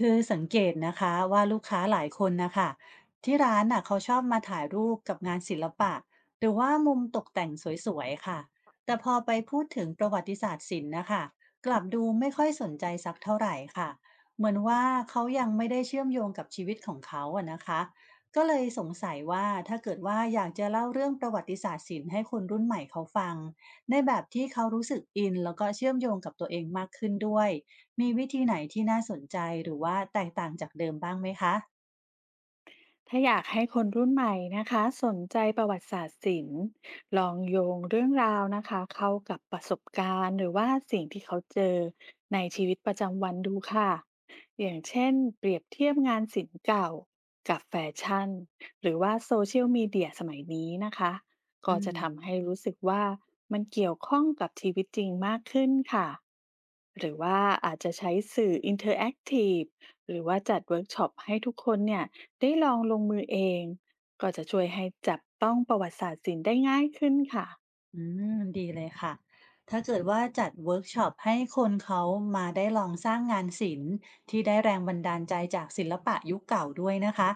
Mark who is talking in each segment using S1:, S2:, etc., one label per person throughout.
S1: คือสังเกตนะคะว่าลูกค้าหลายคนนะคะที่ร้านน่ะเขาชอบมาถ่ายรูปกับงานศิลปะหรือว่ามุมตกแต่งสวยๆค่ะแต่พอไปพูดถึงประวัติศาสตร์ศิลป์นะคะกลับดูไม่ค่อยสนใจสักเท่าไหร่ค่ะเหมือนว่าเขายังไม่ได้เชื่อมโยงกับชีวิตของเขาอะนะคะก็เลยสงสัยว่าถ้าเกิดว่าอยากจะเล่าเรื่องประวัติศาสตร์ศิลป์ให้คนรุ่นใหม่เขาฟังในแบบที่เขารู้สึกอินแล้วก็เชื่อมโยงกับตัวเองมากขึ้นด้วย มีวิธีไหนที่น่าสนใจหรือว่าแตกต่างจากเดิมบ้างไหมคะ
S2: ถ้าอยากให้คนรุ่นใหม่นะคะสนใจประวัติศาสตร์ศิลป์ลองโยงเรื่องราวนะคะเข้ากับประสบการณ์หรือว่าสิ่งที่เขาเจอในชีวิตประจำวันดูค่ะอย่างเช่นเปรียบเทียบงานศิลป์เก่ากับแฟชั่นหรือว่าโซเชียลมีเดียสมัยนี้นะคะ
S1: อื
S2: ก็
S1: ม
S2: จะทำให้รู้สึกว่ามันเกี่ยวข้องกับชีวิตจริงมากขึ้นค่ะ หรือว่าอาจจะใช้สื่ออินเทอร์แอคทีฟหรือว่าจัดเวิร์กช็อปให้ทุกคนเนี่ยได้ลองลงมือเองก็จะช่วยให้จับต้องประวัติศาสตร์ศิลป์ได้ง่ายขึ้นค่ะ
S1: อืม ดีเลยค่ะ ถ้าเกิดว่าจัดเวิร์กช็อปให้คนเขามาได้ลองสร้างงานศิลป์ที่ได้แรงบันดาลใจจากศิลปะยุคเก่าด้วยนะคะ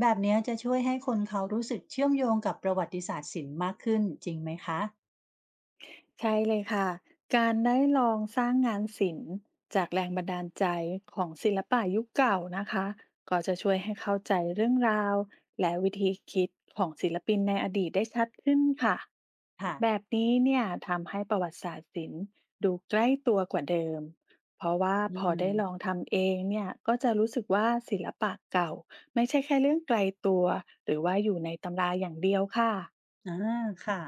S1: แบบเนี้ยจะช่วยให้คนเขารู้สึกเชื่อมโยงกับประวัติศาสตร์ศิลป์มากขึ้นจริงไหมคะ
S2: ใช่เลยค่ะ การได้ลองสร้างงานศิลป์จากแรงบันดาลใจของศิลปะยุคเก่านะคะก็จะช่วยให้เข้าใจเรื่องราวและวิธีคิดของศิลปินในอดีตได้ชัดขึ้นค่ะ
S1: ค่ะ
S2: แบบนี้เนี่ยทำให้ประวัติศาสตร์ศิลป์ดูใกล้ตัวกว่าเดิมเพราะว่า
S1: อื
S2: พอ
S1: ม
S2: ได้ลองทำเองเนี่ยก็จะรู้สึกว่าศิลปะเก่าไม่ใช่แค่เรื่องไกลตัวหรือว่าอยู่ในตำราอย่างเดียวค่ะ
S1: อาค่ะ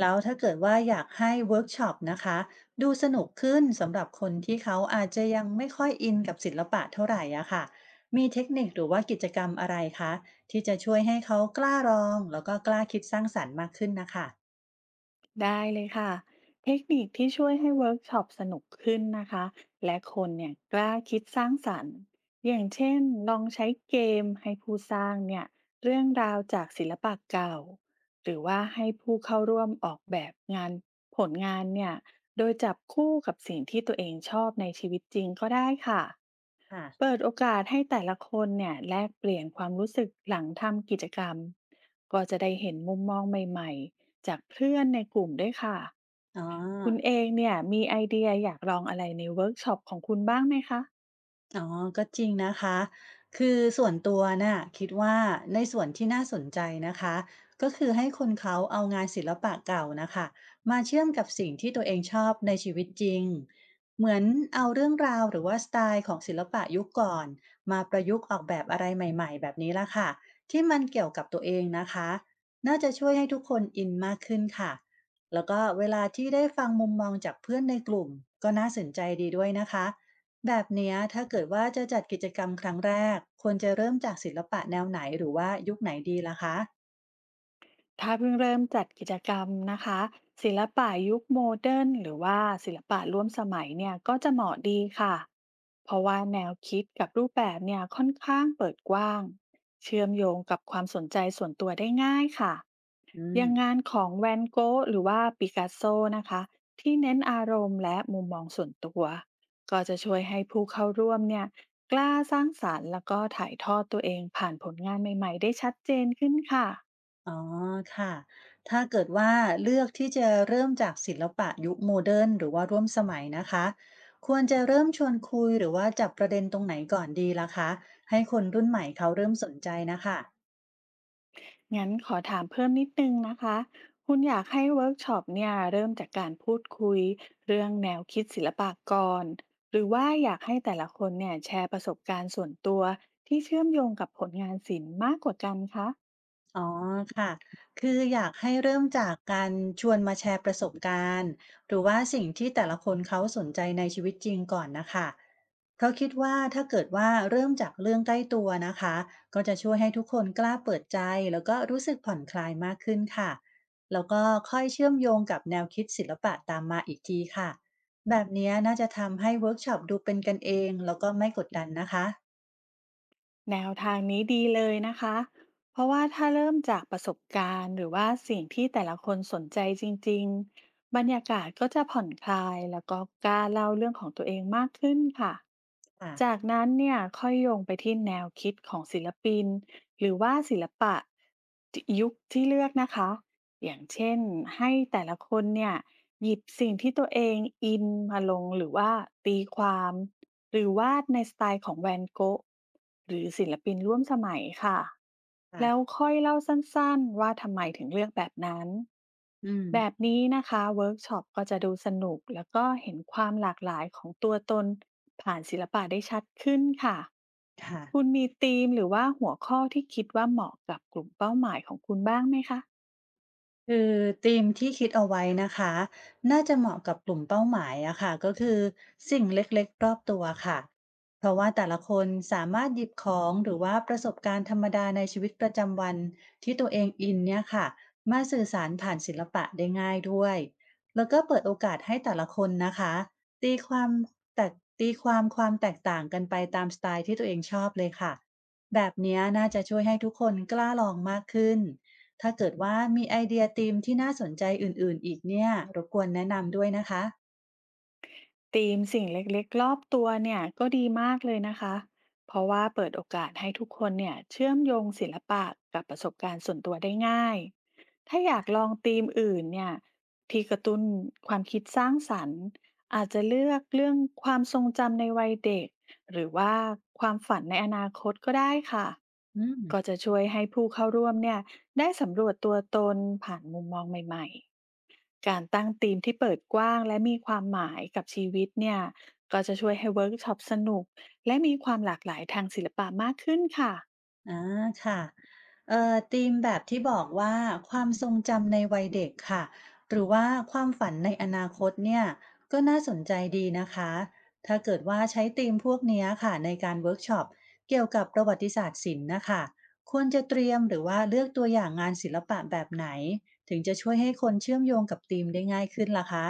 S1: แล้วถ้าเกิดว่าอยากให้เวิร์กช็อปนะคะ ดูสนุกขึ้นสำหรับคนที่เขาอาจจะยังไม่ค่อยอินกับศิลปะเท่าไหร่อะค่ะมีเทคนิคหรือว่ากิจกรรมอะไรคะที่จะช่วยให้เขากล้าลองแล้วก็กล้าคิดสร้างสรรค์มากขึ้นนะค่ะ
S2: ได้เลยค่ะ เทคนิคที่ช่วยให้เวิร์กช็อปสนุกขึ้นนะคะและคนเนี่ยกล้าคิดสร้างสรรค์อย่างเช่นลองใช้เกมให้ผู้สร้างเนี่ยเรื่องราวจากศิลปะเก่า หรือว่าให้ผู้เข้าร่วมออกแบบงานผลงานเนี่ยโดยจับคู่กับสิ่งที่ตัวเองชอบในชีวิตจริงก็ได้ค่ะ
S1: ค่ะ
S2: เปิดโอกาสให้แต่ละคนเนี่ยแลกเปลี่ยนความรู้สึกหลังทำกิจกรรมก็จะได้เห็นมุมมองใหม่ๆจากเพื่อนในกลุ่มด้วยค่ะ
S1: อ๋อ
S2: คุณเองเนี่ยมีไอเดียอยากลองอะไรในเวิร์กช็อปของคุณบ้างไหมคะ
S1: อ๋อก็จริงนะคะคือส่วนตัวน่ะคิดว่าในส่วนที่น่าสนใจนะคะก็คือให้คนเขาเอางานศิลปะเก่านะคะมาเชื่อมกับสิ่งที่ตัวเองชอบในชีวิตจริงเหมือนเอาเรื่องราวหรือว่าสไตล์ของศิลปะยุคก่อนมาประยุกต์ออกแบบอะไรใหม่ๆแบบนี้ละค่ะที่มันเกี่ยวกับตัวเองนะคะน่าจะช่วยให้ทุกคนอินมากขึ้นค่ะแล้วก็เวลาที่ได้ฟังมุมมองจากเพื่อนในกลุ่มก็น่าสนใจดีด้วยนะคะ แบบเนี้ยถ้าเกิดว่าจะจัดกิจกรรมครั้งแรกควรจะเริ่มจากศิลปะแนวไหนหรือว่ายุคไหนดีล่ะคะ
S2: ถ้าเพิ่งเริ่มจัดกิจกรรมนะคะศิลปะยุคโมเดิร์นหรือว่าศิลปะร่วมสมัยเนี่ยก็จะเหมาะดีค่ะ เพราะว่าแนวคิดกับรูปแบบเนี่ยค่อนข้างเปิดกว้างเชื่อมโยงกับความสนใจส่วนตัวได้ง่ายค่ะ
S1: อื
S2: อ
S1: ม
S2: ย่างงานของแวนโกะหรือว่าปิกัสโซนะคะที่เน้นอารมณ์และมุมมองส่วนตัวก็จะช่วยให้ผู้เข้าร่วมเนี่ยกล้าสร้างสารรค์แล้วก็ถ่ายทอดตัวเองผ่านผลงานใหม่ๆได้ชัดเจนขึ้นค่ะ
S1: อ๋อค่ะถ้าเกิดว่าเลือกที่จะเริ่มจากศิลปะยุคโมเดิร์นหรือว่าร่วมสมัยนะคะควรจะเริ่มชวนคุยหรือว่าจับประเด็นตรงไหนก่อนดีล่ะคะให้คนรุ่นใหม่เขาเริ่มสนใจนะคะ
S2: งั้นขอถามเพิ่มนิดนึงนะคะคุณอยากให้เวิร์กช็อปเนี่ยเริ่มจากการพูดคุยเรื่องแนวคิดศิลปากรหรือว่าอยากให้แต่ละคนเนี่ยแชร์ประสบการณ์ส่วนตัวที่เชื่อมโยงกับผลงานศิลป์มากกว่ากันคะ
S1: อ๋อค่ะ คืออยากให้เริ่มจากการชวนมาแชร์ประสบการณ์หรือว่าสิ่งที่แต่ละคนเขาสนใจในชีวิตจริงก่อนนะคะเพราะคิดว่าถ้าเกิดว่าเริ่มจากเรื่องใกล้ตัวนะคะ ก็จะช่วยให้ทุกคนกล้าเปิดใจแล้วก็รู้สึกผ่อนคลายมากขึ้นค่ะ แล้วก็ค่อยเชื่อมโยงกับแนวคิดศิลปะตามมาอีกทีค่ะ แบบเนี้ยน่าจะทำให้เวิร์กช็อปดูเป็นกันเองแล้วก็ไม่กดดันนะคะ
S2: แนวทางนี้ดีเลยนะคะ เพราะว่าถ้าเริ่มจากประสบการณ์หรือว่าสิ่งที่แต่ละคนสนใจจริงๆ บรรยากาศก็จะผ่อนคลายแล้วก็กล้าเล่าเรื่องของตัวเองมากขึ้นค่ะ
S1: ค่ะ
S2: จากนั้นเนี่ยค่อยโยงไปที่แนวคิดของศิลปินหรือว่าศิลปะยุคที่เลือกนะคะ อย่างเช่นให้แต่ละคนเนี่ยหยิบสิ่งที่ตัวเองอินมาลงหรือว่าตีความหรือวาดในสไตล์ของแวนโกะหรือศิลปินร่วมสมัยค่ะแล้ว
S1: ค่ะ
S2: ค่อยเล่าสั้นๆว่าทำไมถึงเลือกแบบนั้น
S1: อื
S2: แบบ
S1: ม
S2: นี้นะคะเวิร์กช็อปก็จะดูสนุกแล้วก็เห็นความหลากหลายของตัวตนผ่านศิลปะได้ชัดขึ้นค่ะ
S1: ค่ะ
S2: คุณมีธีมหรือว่าหัวข้อที่คิดว่าเหมาะกับกลุ่มเป้าหมายของคุณบ้างไหมคะ
S1: คือธีมที่คิดเอาไว้นะคะน่าจะเหมาะกับกลุ่มเป้าหมายอะค่ะก็คือสิ่งเล็กๆรอบตัวค่ะเพราะว่าแต่ละคนสามารถหยิบของหรือว่าประสบการณ์ธรรมดาในชีวิตประจำวันที่ตัวเองอินเนี่ยค่ะมาสื่อสารผ่านศิลปะได้ง่ายด้วยแล้วก็เปิดโอกาสให้แต่ละคนนะคะตีความแตกตีความความแตกต่างกันไปตามสไตล์ที่ตัวเองชอบเลยค่ะแบบเนี้ยน่าจะช่วยให้ทุกคนกล้าลองมากขึ้น ถ้าเกิดว่ามีไอเดียธีมที่น่าสนใจอื่นๆอีกเนี่ยรบกวนแนะนำด้วยนะคะ
S2: ธีมสิ่งเล็กๆรอบตัวเนี่ยก็ดีมากเลยนะคะเพราะว่าเปิดโอกาสให้ทุกคนเนี่ยเชื่อมโยงศิลปะกับประสบการณ์ส่วนตัวได้ง่ายถ้าอยากลองธีมอื่นเนี่ยที่กระตุ้นความคิดสร้างสรรค์อาจจะเลือกเรื่องความทรงจำในวัยเด็กหรือว่าความฝันในอนาคตก็ได้ค่ะ
S1: อืม
S2: ก็จะช่วยให้ผู้เข้าร่วมเนี่ยได้สำรวจตัวตนผ่านมุมมองใหม่ๆ การตั้งธีมที่เปิดกว้างและมีความหมายกับชีวิตเนี่ย ก็จะช่วยให้เวิร์กช็อปสนุกและมีความหลากหลายทางศิลปะมากขึ้นค่ะ
S1: อาค่ะธีมแบบที่บอกว่าความทรงจำในวัยเด็กค่ะหรือว่าความฝันในอนาคตเนี่ยก็น่าสนใจดีนะคะถ้าเกิดว่าใช้ธีมพวกเนี้ยค่ะในการเวิร์กช็อปเกี่ยวกับประวัติศาสตร์ศิลป์นะคะควรจะเตรียมหรือว่าเลือกตัวอย่างงานศิลปะแบบไหนถึงจะช่วยให้คนเชื่อมโยงกับธีมได้ง่ายขึ้นล่ะคะ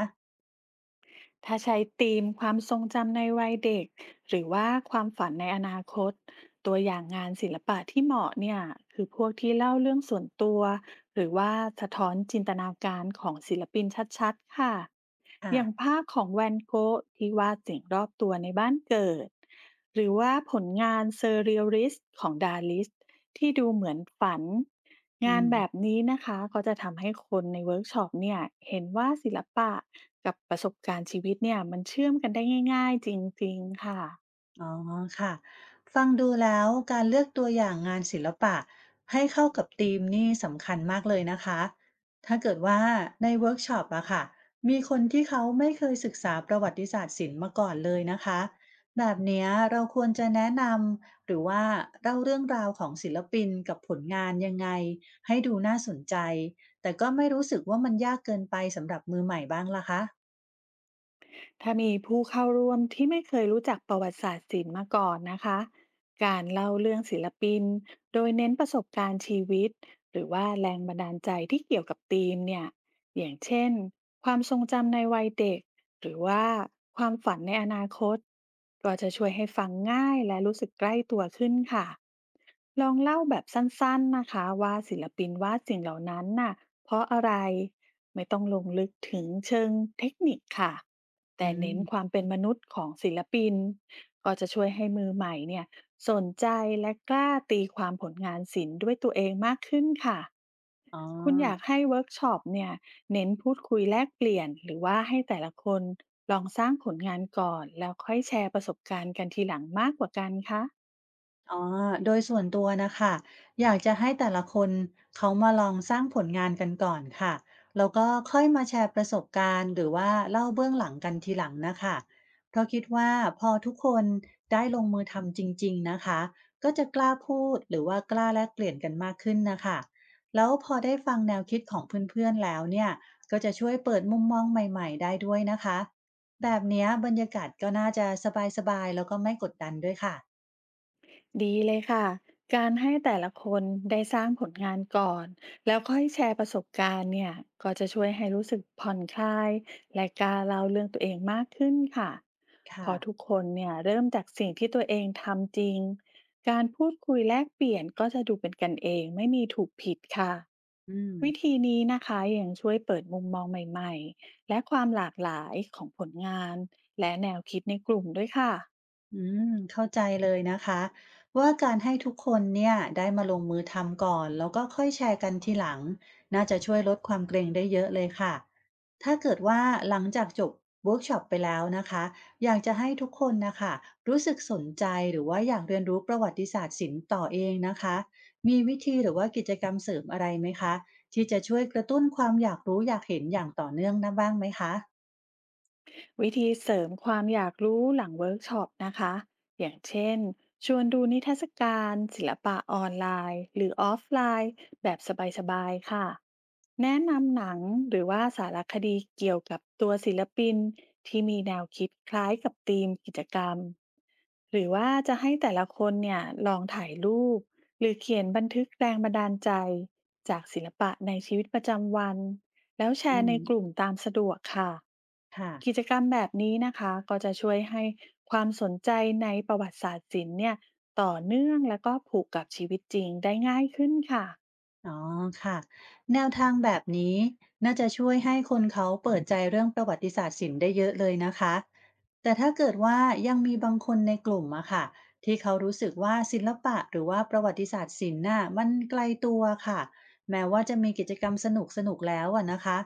S2: ถ้าใช้ธีมความทรงจำในวัยเด็กหรือว่าความฝันในอนาคตตัวอย่างงานศิลปะที่เหมาะเนี่ยคือพวกที่เล่าเรื่องส่วนตัวหรือว่าสะท้อนจินตนาการของศิลปินชัดๆค่ะ
S1: ค่ะ
S2: อย่างภาพของแวนโกะที่วาดสิ่งรอบตัวในบ้านเกิดหรือว่าผลงานเซอร์เรียลิสต์ของดาลิส ที่ดูเหมือนฝัน
S1: อื
S2: งานแบบ
S1: ม
S2: นี้นะคะก็จะทำให้คนในเวิร์กช็อปเนี่ยเห็นว่าศิลปะกับประสบการณ์ชีวิตเนี่ยมันเชื่อมกันได้ง่ายๆจริงๆค่ะ
S1: อ๋อค่ะฟังดูแล้วการเลือกตัวอย่างงานศิลปะให้เข้ากับธีมนี่สำคัญมากเลยนะคะถ้าเกิดว่าในเวิร์กช็อปอะค่ะมีคนที่เขาไม่เคยศึกษาประวัติศาสตร์ศิลป์มาก่อนเลยนะคะแบบเนี้ยเราควรจะแนะนำหรือว่าเล่าเรื่องราวของศิลปินกับผลงานยังไงให้ดูน่าสนใจแต่ก็ไม่รู้สึกว่ามันยากเกินไปสำหรับมือใหม่บ้างล่ะคะ
S2: ถ้ามีผู้เข้าร่วมที่ไม่เคยรู้จักประวัติศาสตร์ศิลป์มาก่อนนะคะ การเล่าเรื่องศิลปินโดยเน้นประสบการณ์ชีวิตหรือว่าแรงบันดาลใจที่เกี่ยวกับธีมเนี่ยอย่างเช่นความทรงจำในวัยเด็กหรือว่าความฝันในอนาคตก็จะช่วยให้ฟังง่ายและรู้สึกใกล้ตัวขึ้นค่ะ ลองเล่าแบบสั้นๆนะคะว่าศิลปินวาดสิ่งเหล่านั้นน่ะเพราะอะไรไม่ต้องลงลึกถึงเชิงเทคนิคค่ะ
S1: อื
S2: แต่เน้น
S1: ม
S2: ความเป็นมนุษย์ของศิลปินก็จะช่วยให้มือใหม่เนี่ยสนใจและกล้าตีความผลงานศิลป์ด้วยตัวเองมากขึ้นค่ะ
S1: อ๋อ
S2: คุณอยากให้เวิร์กช็อปเนี่ยเน้นพูดคุยแลกเปลี่ยนหรือว่าให้แต่ละคนลองสร้างผลงานก่อนแล้วค่อยแชร์ประสบการณ์กันทีหลังมากกว่ากันคะ
S1: อ๋อโดยส่วนตัวนะคะอยากจะให้แต่ละคนเขามาลองสร้างผลงานกันก่อนค่ะแล้วก็ค่อยมาแชร์ประสบการณ์หรือว่าเล่าเบื้องหลังกันทีหลังนะคะเพราะคิดว่าพอทุกคนได้ลงมือทำจริงๆนะคะก็จะกล้าพูดหรือว่ากล้าแลกเปลี่ยนกันมากขึ้นนะคะแล้วพอได้ฟังแนวคิดของเพื่อนๆแล้วเนี่ยก็จะช่วยเปิดมุมมองใหม่ๆได้ด้วยนะคะแบบเนี้ยบรรยากาศก็น่าจะสบายๆแล้วก็ไม่กดดันด้วยค่ะ
S2: ดีเลยค่ะ การให้แต่ละคนได้สร้างผลงานก่อนแล้วค่อยแชร์ประสบการณ์เนี่ยก็จะช่วยให้รู้สึกผ่อนคลายและกล้าเล่าเรื่องตัวเองมากขึ้นค่ะพ
S1: ค่ะ
S2: อทุกคนเนี่ยเริ่มจากสิ่งที่ตัวเองทำจริงการพูดคุยแลกเปลี่ยนก็จะดูเป็นกันเองไม่มีถูกผิดค่ะ
S1: อืม
S2: วิธีนี้นะคะยังช่วยเปิดมุมมองใหม่ๆและความหลากหลายของผลงานและแนวคิดในกลุ่มด้วยค่ะ
S1: อืเข้าใจเลยนะคะว่าการให้ทุกคนเนี่ยได้มาลงมือทำก่อนแล้วก็ค่อยแชร์กันทีหลังน่าจะช่วยลดความเกรงได้เยอะเลยค่ะถ้าเกิดว่าหลังจากจบเวิร์กช็อปไปแล้วนะคะอยากจะให้ทุกคนนะคะรู้สึกสนใจหรือว่าอยากเรียนรู้ประวัติศาสตร์ศิลป์ต่อเองนะคะมีวิธีหรือว่ากิจกรรมเสริมอะไรไหมคะที่จะช่วยกระตุ้นความอยากรู้อยากเห็นอย่างต่อเนื่องนะบ้างไหมคะ
S2: วิธีเสริมความอยากรู้หลังเวิร์กช็อปนะคะ อย่างเช่น ชวนดูนิทรรศการศิลปะออนไลน์หรือออฟไลน์แบบสบายๆค่ะ แนะนำหนังหรือว่าสารคดีเกี่ยวกับตัวศิลปินที่มีแนวคิดคล้ายกับธีมกิจกรรม หรือว่าจะให้แต่ละคนเนี่ยลองถ่ายรูปหรือเขียนบันทึกแรงบันดาลใจจากศิลปะในชีวิตประจำวัน แล้วแช
S1: อื
S2: ร์
S1: ม
S2: ในกลุ่มตามสะดวกค่ะ
S1: ค่ะ
S2: กิจกรรมแบบนี้นะคะก็จะช่วยให้ความสนใจในประวัติศาสตร์ศิลป์เนี่ยต่อเนื่องแล้วก็ผูกกับชีวิตจริงได้ง่ายขึ้นค่ะ
S1: อ๋อค่ะแนวทางแบบนี้น่าจะช่วยให้คนเขาเปิดใจเรื่องประวัติศาสตร์ศิลป์ได้เยอะเลยนะคะแต่ถ้าเกิดว่ายังมีบางคนในกลุ่มอะค่ะที่เขารู้สึกว่าศิลปะหรือว่าประวัติศาสตร์ศิลป์น่ะมันไกลตัวค่ะแม้ว่าจะมีกิจกรรมสนุกสนุกแล้วอะนะคะ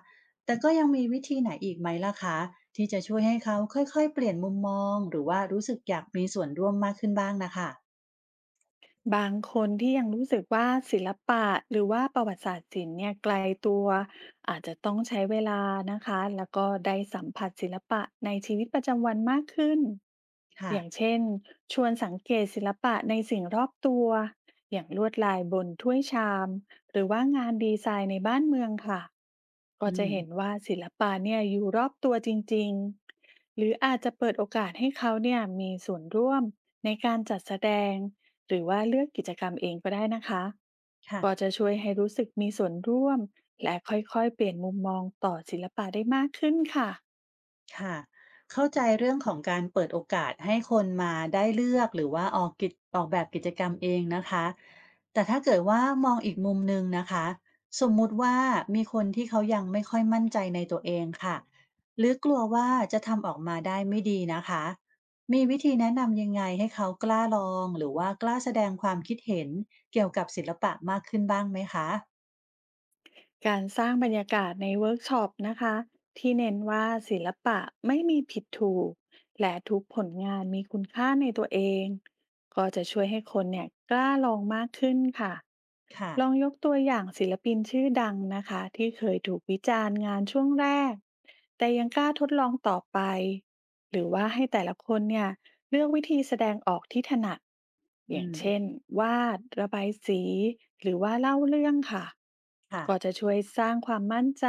S1: แต่ก็ยังมีวิธีไหนอีกไหมล่ะคะที่จะช่วยให้เขาค่อยๆเปลี่ยนมุมมองหรือว่ารู้สึกอยากมีส่วนร่วมมากขึ้นบ้างนะคะ
S2: บางคนที่ยังรู้สึกว่าศิลปะหรือว่าประวัติศาสตร์ศิลป์เนี่ยไกลตัวอาจจะต้องใช้เวลานะคะแล้วก็ได้สัมผัสศิลปะในชีวิตประจำวันมากขึ้น
S1: ค่ะ
S2: อย่างเช่นชวนสังเกตศิลปะในสิ่งรอบตัวอย่างลวดลายบนถ้วยชามหรือว่างานดีไซน์ในบ้านเมืองค่ะก็
S1: อื
S2: จะ
S1: ม
S2: เห็นว่าศิลปะเนี่ยอยู่รอบตัวจริงๆหรืออาจจะเปิดโอกาสให้เขาเนี่ยมีส่วนร่วมในการจัดแสดง หรือว่าเลือกกิจกรรมเองก็ได้นะคะ
S1: ค่ะ
S2: ก็จะช่วยให้รู้สึกมีส่วนร่วมและค่อยๆเปลี่ยนมุมมองต่อศิลปะได้มากขึ้นค่ะ
S1: ค่ะเข้าใจเรื่องของการเปิดโอกาสให้คนมาได้เลือกหรือว่าออกแบบกิจกรรมเองนะคะแต่ถ้าเกิดว่ามองอีกมุมหนึ่งนะคะสมมุติว่ามีคนที่เขายังไม่ค่อยมั่นใจในตัวเองค่ะหรือกลัวว่าจะทำออกมาได้ไม่ดีนะคะมีวิธีแนะนำยังไงให้เขากล้าลองหรือว่ากล้าแสดงความคิดเห็นเกี่ยวกับศิลปะมากขึ้นบ้างไหมคะ
S2: การสร้างบรรยากาศในเวิร์กช็อปนะคะที่เน้นว่าศิลปะไม่มีผิดถูกและทุกผลงานมีคุณค่าในตัวเอง ก็จะช่วยให้คนเนี่ยกล้าลองมากขึ้นค่ะ
S1: ค่ะ
S2: ลองยกตัวอย่างศิลปินชื่อดังนะคะที่เคยถูกวิจารณ์งานช่วงแรกแต่ยังกล้าทดลองต่อไปหรือว่าให้แต่ละคนเนี่ยเลือกวิธีแสดงออกที่ถนัด
S1: อื
S2: อย่าง
S1: ม
S2: เช่นวาดระบายสีหรือว่าเล่าเรื่องค่ะ
S1: ค่ะ
S2: ก็จะช่วยสร้างความมั่นใจ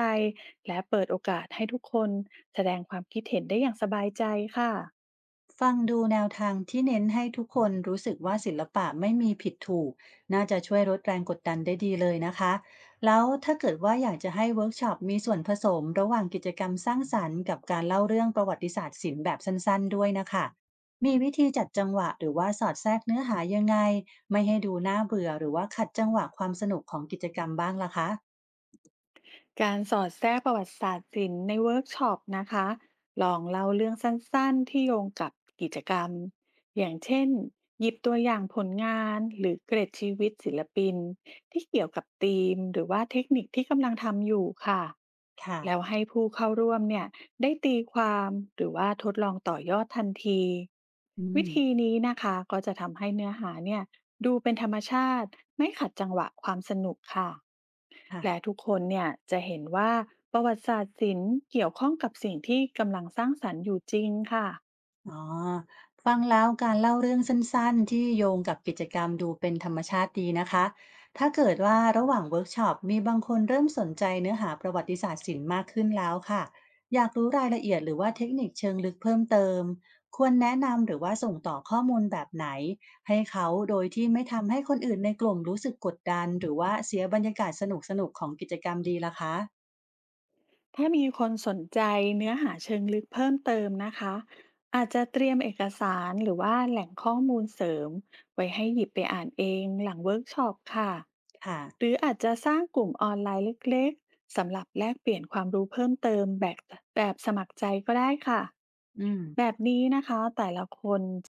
S2: และเปิดโอกาสให้ทุกคนแสดงความคิดเห็นได้อย่างสบายใจค่ะ
S1: ฟังดูแนวทางที่เน้นให้ทุกคนรู้สึกว่าศิลปะไม่มีผิดถูกน่าจะช่วยลดแรงกดดันได้ดีเลยนะคะแล้วถ้าเกิดว่าอยากจะให้เวิร์กช็อปมีส่วนผสมระหว่างกิจกรรมสร้างสรรค์กับการเล่าเรื่องประวัติศาสตร์ศิลป์แบบสั้นๆด้วยนะคะมีวิธีจัดจังหวะหรือว่าสอดแทรกเนื้อหายังไงไม่ให้ดูน่าเบื่อหรือว่าขัดจังหวะความสนุกของกิจกรรมบ้างล่ะคะ
S2: การสอดแทรกประวัติศาสตร์ศิลป์ในเวิร์กช็อปนะคะลองเล่าเรื่องสั้น ๆ ที่โยงกับกิจกรรม อย่างเช่น หยิบตัวอย่างผลงานหรือเกร็ดชีวิตศิลปินที่เกี่ยวกับธีมหรือว่าเทคนิคที่กำลังทำอยู่ค่ะ
S1: ค่ะ
S2: แล้วให้ผู้เข้าร่วมเนี่ยได้ตีความหรือว่าทดลองต่อยอดทันที
S1: อื
S2: วิ
S1: ม
S2: ธีนี้นะคะก็จะทำให้เนื้อหาเนี่ยดูเป็นธรรมชาติไม่ขัดจังหวะความสนุกค่ะ
S1: ค่ะ
S2: และทุกคนเนี่ยจะเห็นว่าประวัติศาสตร์ศิลป์เกี่ยวข้องกับสิ่งที่กำลังสร้างสรรค์อยู่จริงค่ะ
S1: อ๋อฟังแล้วการเล่าเรื่องสั้นๆที่โยงกับกิจกรรมดูเป็นธรรมชาติดีนะคะถ้าเกิดว่าระหว่างเวิร์กช็อปมีบางคนเริ่มสนใจเนื้อหาประวัติศาสตร์ศิลป์มากขึ้นแล้วค่ะอยากรู้รายละเอียดหรือว่าเทคนิคเชิงลึกเพิ่มเติมควรแนะนำหรือว่าส่งต่อข้อมูลแบบไหนให้เขาโดยที่ไม่ทำให้คนอื่นในกลุ่มรู้สึกกดดันหรือว่าเสียบรรยากาศสนุกๆของกิจกรรมดีล่ะคะ
S2: ถ้ามีคนสนใจเนื้อหาเชิงลึกเพิ่มเติมนะคะอาจจะเตรียมเอกสารหรือว่าแหล่งข้อมูลเสริมไว้ให้หยิบไปอ่านเองหลังเวิร์กช็อปค่ะ
S1: ค่ะ
S2: หรืออาจจะสร้างกลุ่มออนไลน์เล็กๆสำหรับแลกเปลี่ยนความรู้เพิ่มเติมแบบสมัครใจก็ได้ค่ะ
S1: อืม